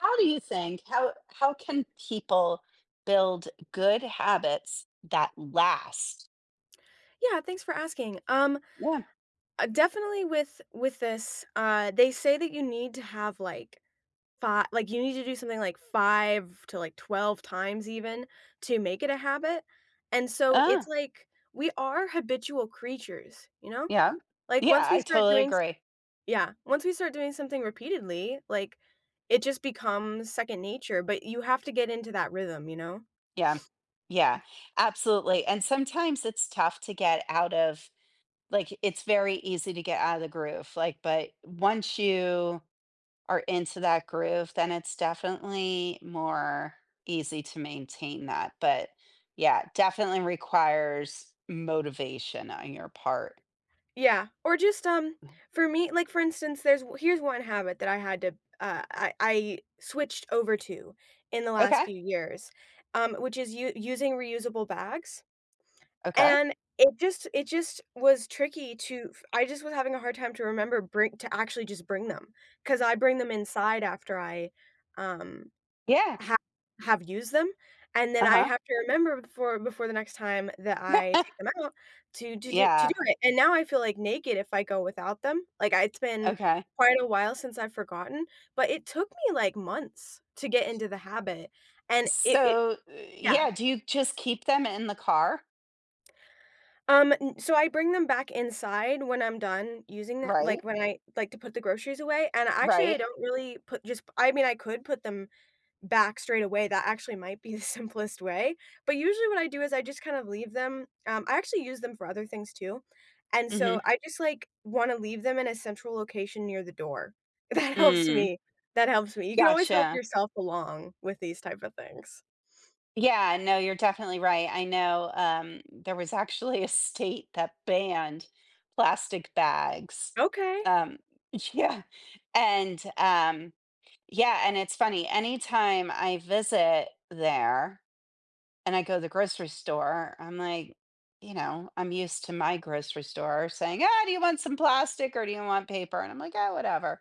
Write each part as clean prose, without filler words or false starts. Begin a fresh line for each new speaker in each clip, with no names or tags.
How do you think how can people build good habits that last?
Yeah, thanks for asking.
Yeah.
Definitely with this, they say that you need to have like five, like you need to do something like five to like 12 times even to make it a habit. And so it's
Ah,
like we are habitual creatures, you know?
yeah.
Like
Yeah,
once we
I
start
totally
doing
agree.
yeah, Once we start doing something repeatedly, like, it just becomes second nature, but you have to get into that rhythm, you know?
Yeah, yeah,
Mm.
absolutely, and sometimes it's tough to get out of like, it's very easy to get out of the groove, like, but once you are into that groove, then it's definitely more easy to maintain that, but yeah, definitely requires motivation on your part.
Yeah, or just for me like, for instance, there's here's one habit that I had to I switched over to in the last
Okay.
few years, which is u using reusable bags,
Okay.
and it just was tricky to f I just was having a hard time to remember bring to actually just bring them because I bring them inside after I, um
Yeah.
Ha have used them, and then I
Uh-huh.
have to remember before the next time that I take them out to
Yeah.
do it, and now I feel, like, naked if I go without them, like, I it's been
Okay.
quite a while since I've forgotten, but it took me, like, months to get into the habit, and it
So, uh,
yeah,
yeah, do you just keep them in the car?
n so I bring them back inside when I'm done using them, like,
Right?
when I like, to put the groceries away. And actually I
Right?
don't really put just I mean, I could put them back straight away. That actually might be the simplest way, but usually what I do is I just kind of leave them. I actually use them for other things too, and so
Mhm.
I just, like, wanna leave them in a central location near the door. That helps
Mm.
me, that helps me. You can always help
Gotcha.
yourself along with these type of things.
Yeah, no, you're definitely right. I know, there was actually a state that banned plastic bags.
Okay.
Um, yeah. And, yeah, and it's funny, anytime I visit there and I go to the grocery store, I'm like, you know, I'm used to my grocery store saying, "Ah, do you want some plastic or do you want paper?" And I'm like, "Ah, whatever."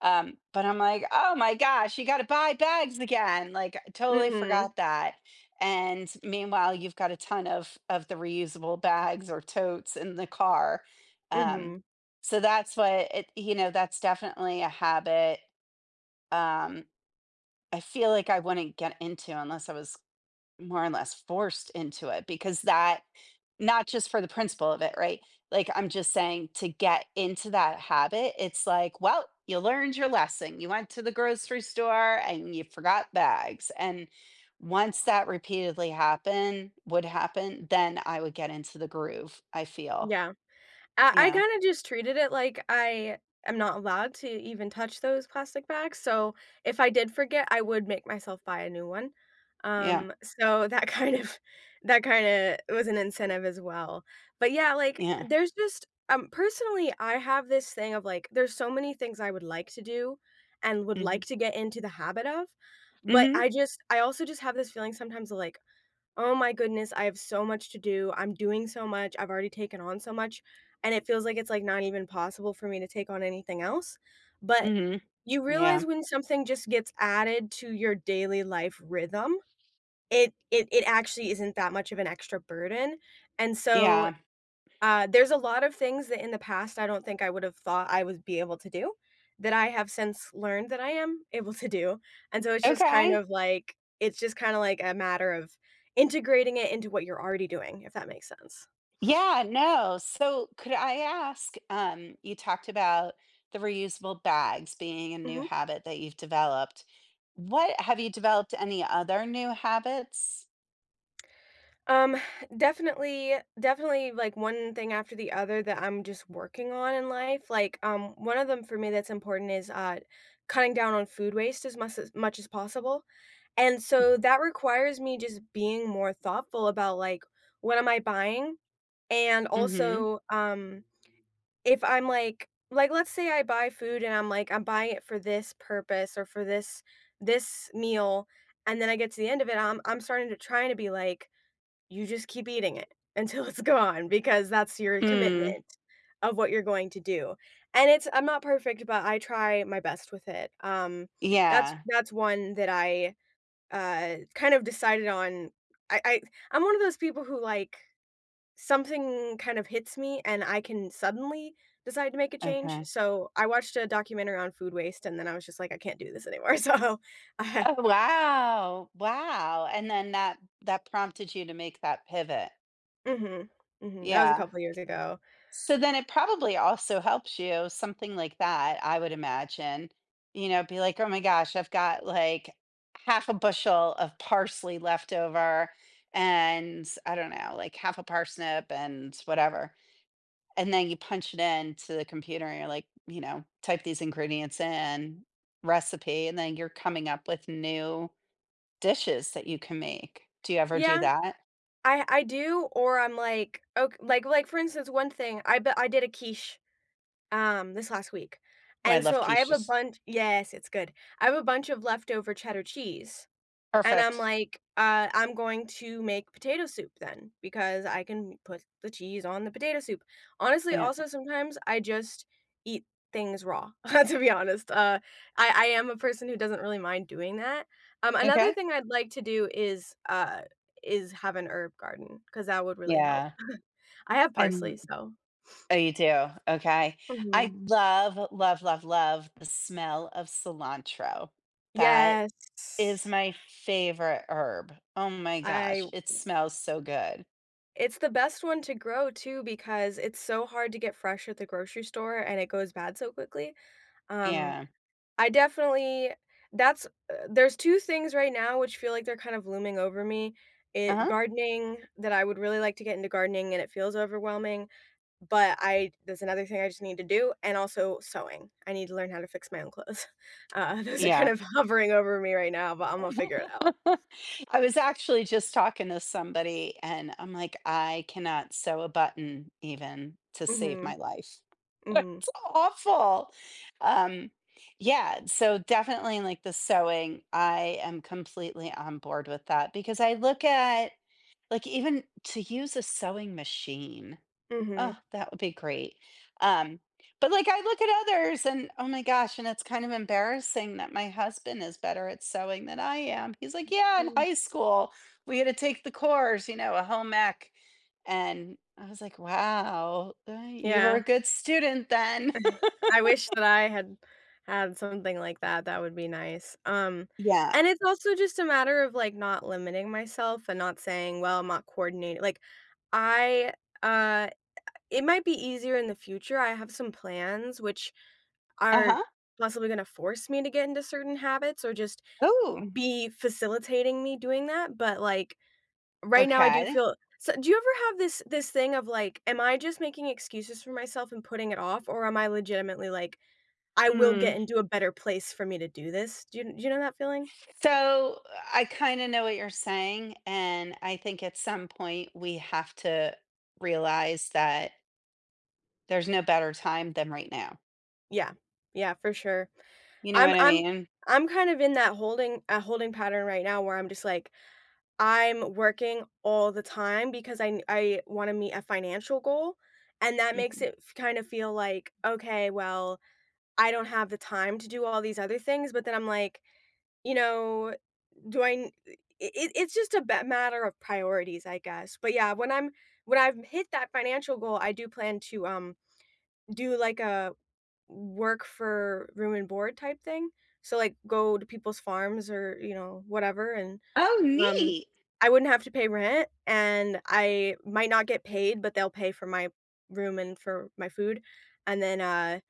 But I'm like, "Oh my gosh, you got to buy bags again!" Like, I totally
Mhm,
forgot that. And meanwhile, you've got a ton of the reusable bags or totes in the car. Um,
mhm,
so that's what it, you know. That's definitely a habit. Um, I feel like I wouldn't get into unless I was more and less forced into it because that not just for the principle of it, right? Like I'm just saying to get into that habit, it's like, well, you learned your lesson. You went to the grocery store and you forgot bags. And once that repeatedly happen would happen, then I would get into the groove, I feel.
yeah. I
Yeah.
kinda just treated it like I am not allowed to even touch those plastic bags, so if I did forget, I would make myself buy a new one.
Yeah.
So that kind of that kinda was an incentive as well. But yeah, like,
Yeah.
there's just personally, I have this thing of, like, there's so many things I would like to do and would like
Mhm.
to get into the habit of, but
Mhm.
I also just have this feeling sometimes of, like, oh my goodness, I have so much to do. I'm doing so much. I've already taken on so much, and it feels like it's like not even possible for me to take on anything else. But
Mhm.
you realize
Yeah.
when something just gets added to your daily life rhythm, it actually isn't that much of an extra burden. And so
Yeah.
there's a lot of things that in the past I don't think I would have thought I would be able to do, that I have since learned that I am able to do. And so it's just kind
Okay.
of like it's just kinda like a matter of integrating it into what you're already doing, if that makes sense. Mhm.
Yeah, no. So could I ask, you talked about the reusable bags being a new
Mhm.
habit that you've developed. What have you developed any other new habits?
Um, definitely, definitely like one thing after the other that I'm just working on in life. Like, one of them for me that's important is cutting down on food waste as much as possible. And so
Mhm.
that requires me just being more thoughtful about like what am I buying? And
Mhm.
also, if I'm like let's say I buy food and I'm buying it for this purpose or for this meal, and then I get to the end of it, I'm starting to trying to be like, you just keep eating it until it's gone because that's your
Mm,
commitment of what you're going to do. And it's I'm not perfect, but I try my best with it.
yeah.
That's one that I kind of decided on. I I'm one of those people who, like, something kind of hits me, and I can suddenly decide to make a change.
Okay.
So I watched a documentary on food waste, and then I was just like, "I can't do this anymore," uh,
Oh, wow. Wow. And then that prompted you to make that pivot.
mhm, mhm, that was a
Yeah.
couple years ago.
So then it probably also helps you, something like that, I would imagine. You know, be like, "Oh my gosh, I've got, like, half a bushel of parsley left over and, I don't know, like, half a parsnip and whatever." And then you punch it into the computer and you're like, you know, type these ingredients in, recipe, and then you're coming up with new dishes that you can make. Do you ever do
Yeah.
that?
I do, or I'm like, ok like, for instance, one thing, I but I did a quiche, this last week,
Well, I
and
love
so I have a
quiches.
bunch yes, it's good. I have a bunch of leftover cheddar cheese. And I'm
Perfect.
like, "I'm going to make potato soup then, because I can put the cheese on the potato soup." Honestly,
Yeah.
also, sometimes I just eat things raw, to be honest. I am a person who doesn't really mind doing that. Another
Okay.
thing I'd like to do is have an herb garden because that would really help.
Yeah.
I have
I
parsley, so
Oh, you do? Okay. I
mhm.
love, love, love, love the smell of cilantro. That
Yes.
is my favorite herb. Oh my
I
gosh, it smells so good.
It's the best one to grow too because it's so hard to get fresh at the grocery store and it goes bad so quickly. Um,
Yeah.
I definitely that's there's 2 things right now which feel like they're kind of looming over me. It
Uh-huh.
Gardening, that I would really like to get into gardening, and it feels overwhelming, but I there's another thing I just need to do, and also sewing. I need to learn how to fix my own clothes. Those are kind
Yeah.
of hovering over me right now, but I'm gonna figure it out.
I was actually just talking to somebody and I'm like, I cannot sew a button even to save
Mhm.
my life.
Mhm.
It's awful. Um, yeah, so definitely like the sewing, I am completely on board with that because I look at like even to use a sewing machine. Oh,
Mhm.
that would be great. Um, but like I look at others and oh my gosh, and it's kind of embarrassing that my husband is better at sewing than I am. He's like, yeah, in
Mm.
high school we had to take the course, you know, a home ec. And I was like, wow, you were
Yeah.
a good student then.
I wish that I had something like that, that would be nice,
yeah.
and it's also just a matter of, like, not limiting myself and not saying, "Well, I'm not coordinated," like, I, uh it might be easier in the future. I have some plans which are
Uh-huh.
possibly gonna force me to get into certain habits or just
Oh,
be facilitating me doing that, but, like, right now I do
okay.
feel do you ever have this thing of, like, am I just making excuses for myself and putting it off, or am I legitimately, like, I will get
Mm.
into a better place for me to do this? Do you know that feeling?
So I kind of know what you're saying. And I think at some point we have to realize that there's no better time than right now.
Yeah. Yeah, for sure.
You know
I'm
what I
I'm
mean?
I'm kind of in that holding pattern right now where I'm just like, I'm working all the time because I wanna meet a financial goal, and that makes
Mhm.
it f kind of feel like, "Okay, well, I don't have the time to do all these other things," but then I'm like, you know, do I n I it it's just a bet matter of priorities, I guess. But yeah, when I've hit that financial goal, I do plan to, do, like, a work for room and board type thing. So, like, go to people's farms or, you know, whatever, and,
Oh,
um,
neat.
I wouldn't have to pay rent, and I might not get paid, but they'll pay for my room and for my food, and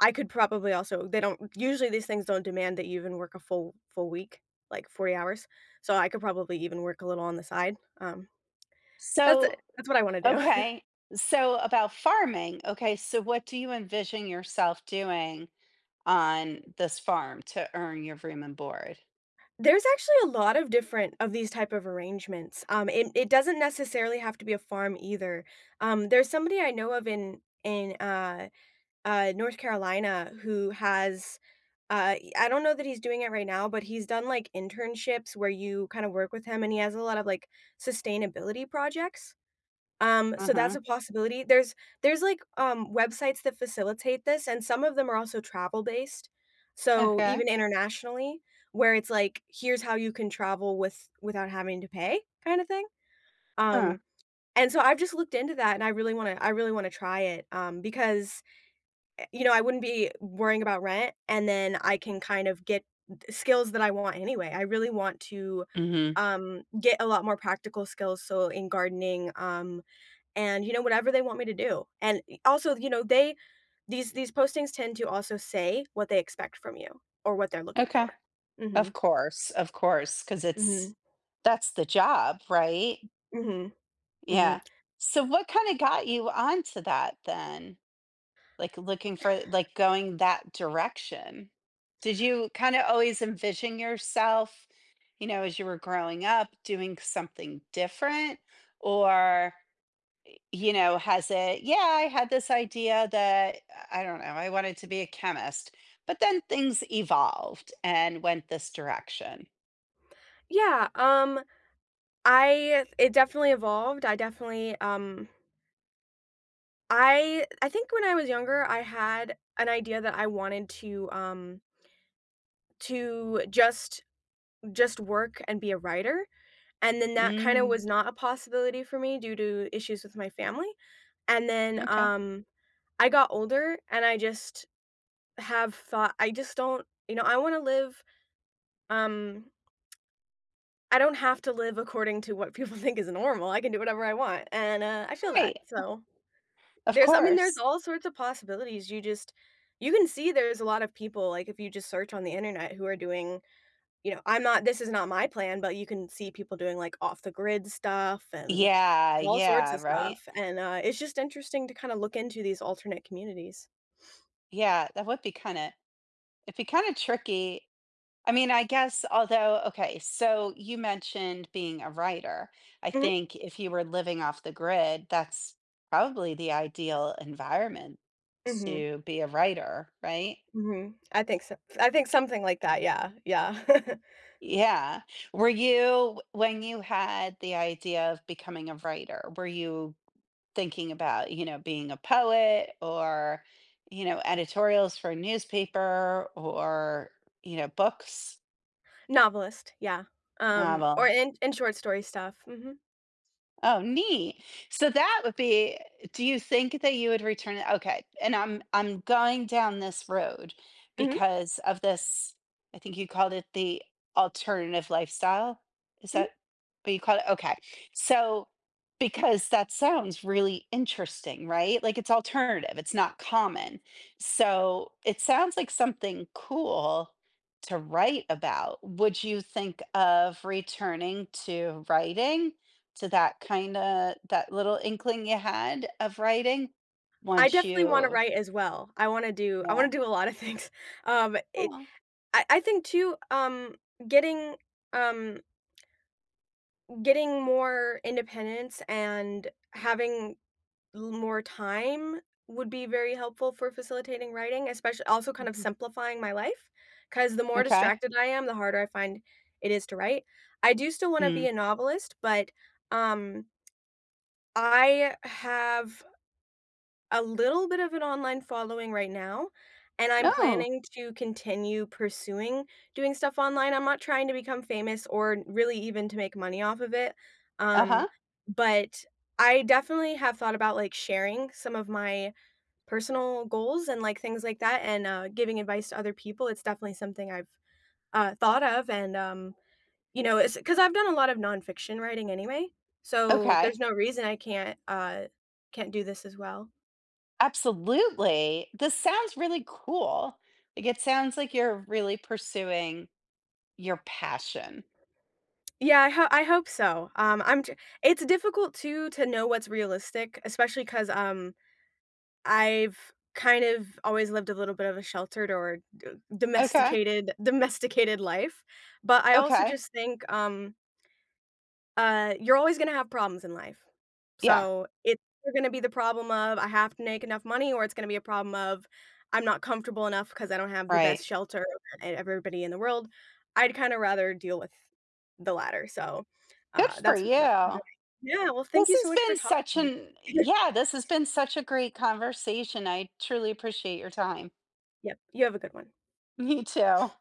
I could probably also they don't usually these things don't demand that you even work a full week, like 40 hours, so I could probably even work a little on the side, um, that's
So,
that's what I wanna do.
okay. So about farming, okay, so what do you envision yourself doing on this farm to earn your room and board?
There's actually a lot of different of these type of arrangements. It doesn't necessarily have to be a farm either. There's somebody I know of in North Carolina who has I don't know that he's doing it right now, but he's done like internships where you kind of work with him, and he has a lot of like sustainability projects. So that's
Uh-huh.
a possibility. There's, like, websites that facilitate this, and some of them are also travel-based, so
Okay.
even internationally, where it's like, "Here's how you can travel with without having to pay," kinda thing.
Huh.
Um, and so I've just looked into that, and I really wanna try it, because, you know, I wouldn't be worrying about rent, and then I can kind of get th skills that I want anyway. I really want to,
Mhm.
get a lot more practical skills, so in gardening, and, you know, whatever they want me to do. And also, you know, they these postings tend to also say what they expect from you or what they're looking
Okay.
for. Mhm,
Of course, of course. Because
mhm,
it's that's the job, right?
mhm, mhm.
Yeah. So what kinda got you onto that then? Like, looking for like, going that direction. Did you kinda always envision yourself, you know, as you were growing up, doing something different? Or, you know, has it, "Yeah, I had this idea that" I don't know, "I wanted to be a chemist, but then things evolved and went this direction."
Yeah, I it definitely evolved. I definitely, I think when I was younger, I had an idea that I wanted to, to just just work and be a writer, and then that kinda
Mm,
was not a possibility for me due to issues with my family, and then,
okay.
I got older and I just have thought I just don't you know, I wanna live, um I don't have to live according to what people think is normal, I can do whatever I want, and, I feel that,
Right,
so
of
there's I mean, there's
course.
all sorts of possibilities. You just you can see there's a lot of people, like, if you just search on the internet who are doing, you know, I'm not this is not my plan, but you can see people doing, like, off the grid stuff and
Yeah,
all sorts
yeah,
of
right?
stuff, and, it's just interesting to kinda look into these alternate communities.
Yeah, that would be kinda it'd be kinda tricky I mean, I guess, although, okay, so you mentioned being a writer. I
Mhm,
think if you were living off the grid, that's probably the ideal environment
mhm.
to be a writer, right?
Mhm. I think something like that, yeah, yeah.
Yeah. Were you, when you had the idea of becoming a writer, were you thinking about, you know, being a poet or, you know, editorials for newspaper or, you know, books,
Novelist, yeah. Um,
novel?
or in short story stuff. Mhm.
Oh, neat. So that would be do you think that you would return it? Okay, and I'm going down this road
Mhm,
because of this, I think you called it the alternative lifestyle. Is
mhm.
that what you call it? Okay. So because that sounds really interesting, right? Like it's alternative, it's not common. So it sounds like something cool to write about. Would you think of returning to writing? To that kinda that little inkling you had of writing
I
once
definitely wanna
you
write as well. I wanna
yeah.
do a lot of things. It
Aw.
I think too, getting, um, getting more independence and having l more time would be very helpful for facilitating writing, especially also kind of
Mhm.
simplifying my life. Because the more
Okay.
distracted I am, the harder I find it is to write. I do still wanna be
Mm.
a novelist, but, um, I have a little bit of an online following right now, and I'm
Oh,
planning to continue pursuing doing stuff online. I'm not trying to become famous or really even to make money off of it, um,
uh-huh,
but I definitely have thought about, like, sharing some of my personal goals and, like, things like that, and, giving advice to other people, it's definitely something I've, thought of, and, you know, it's because 'cause I've done a lot of nonfiction writing anyway, so
okay.
there's no reason I can't do this as well.
Absolutely. This sounds really cool. Like, it sounds like you're really pursuing your passion.
Yeah, I hope so. I'm j It's difficult too to know what's realistic, especially 'cause, I've kind of always lived a little bit of a sheltered or d
Okay,
domesticated life, but I also
okay.
just think, uh, you're always gonna have problems in life.
Yeah,
So, it's gonna be the problem of, "I have to make enough money," or it's gonna be a problem of, "I'm not comfortable enough because I don't have the best
right.
shelter and everybody in the world." I'd kinda rather deal with the latter, so,
Good for
that's what I'm
you.
doing. Yeah, well, thank
This
you so
has
much for
been such
talking.
an yeah, this has been such a great conversation. I truly appreciate your time.
Yep, you have a good one.
Me too.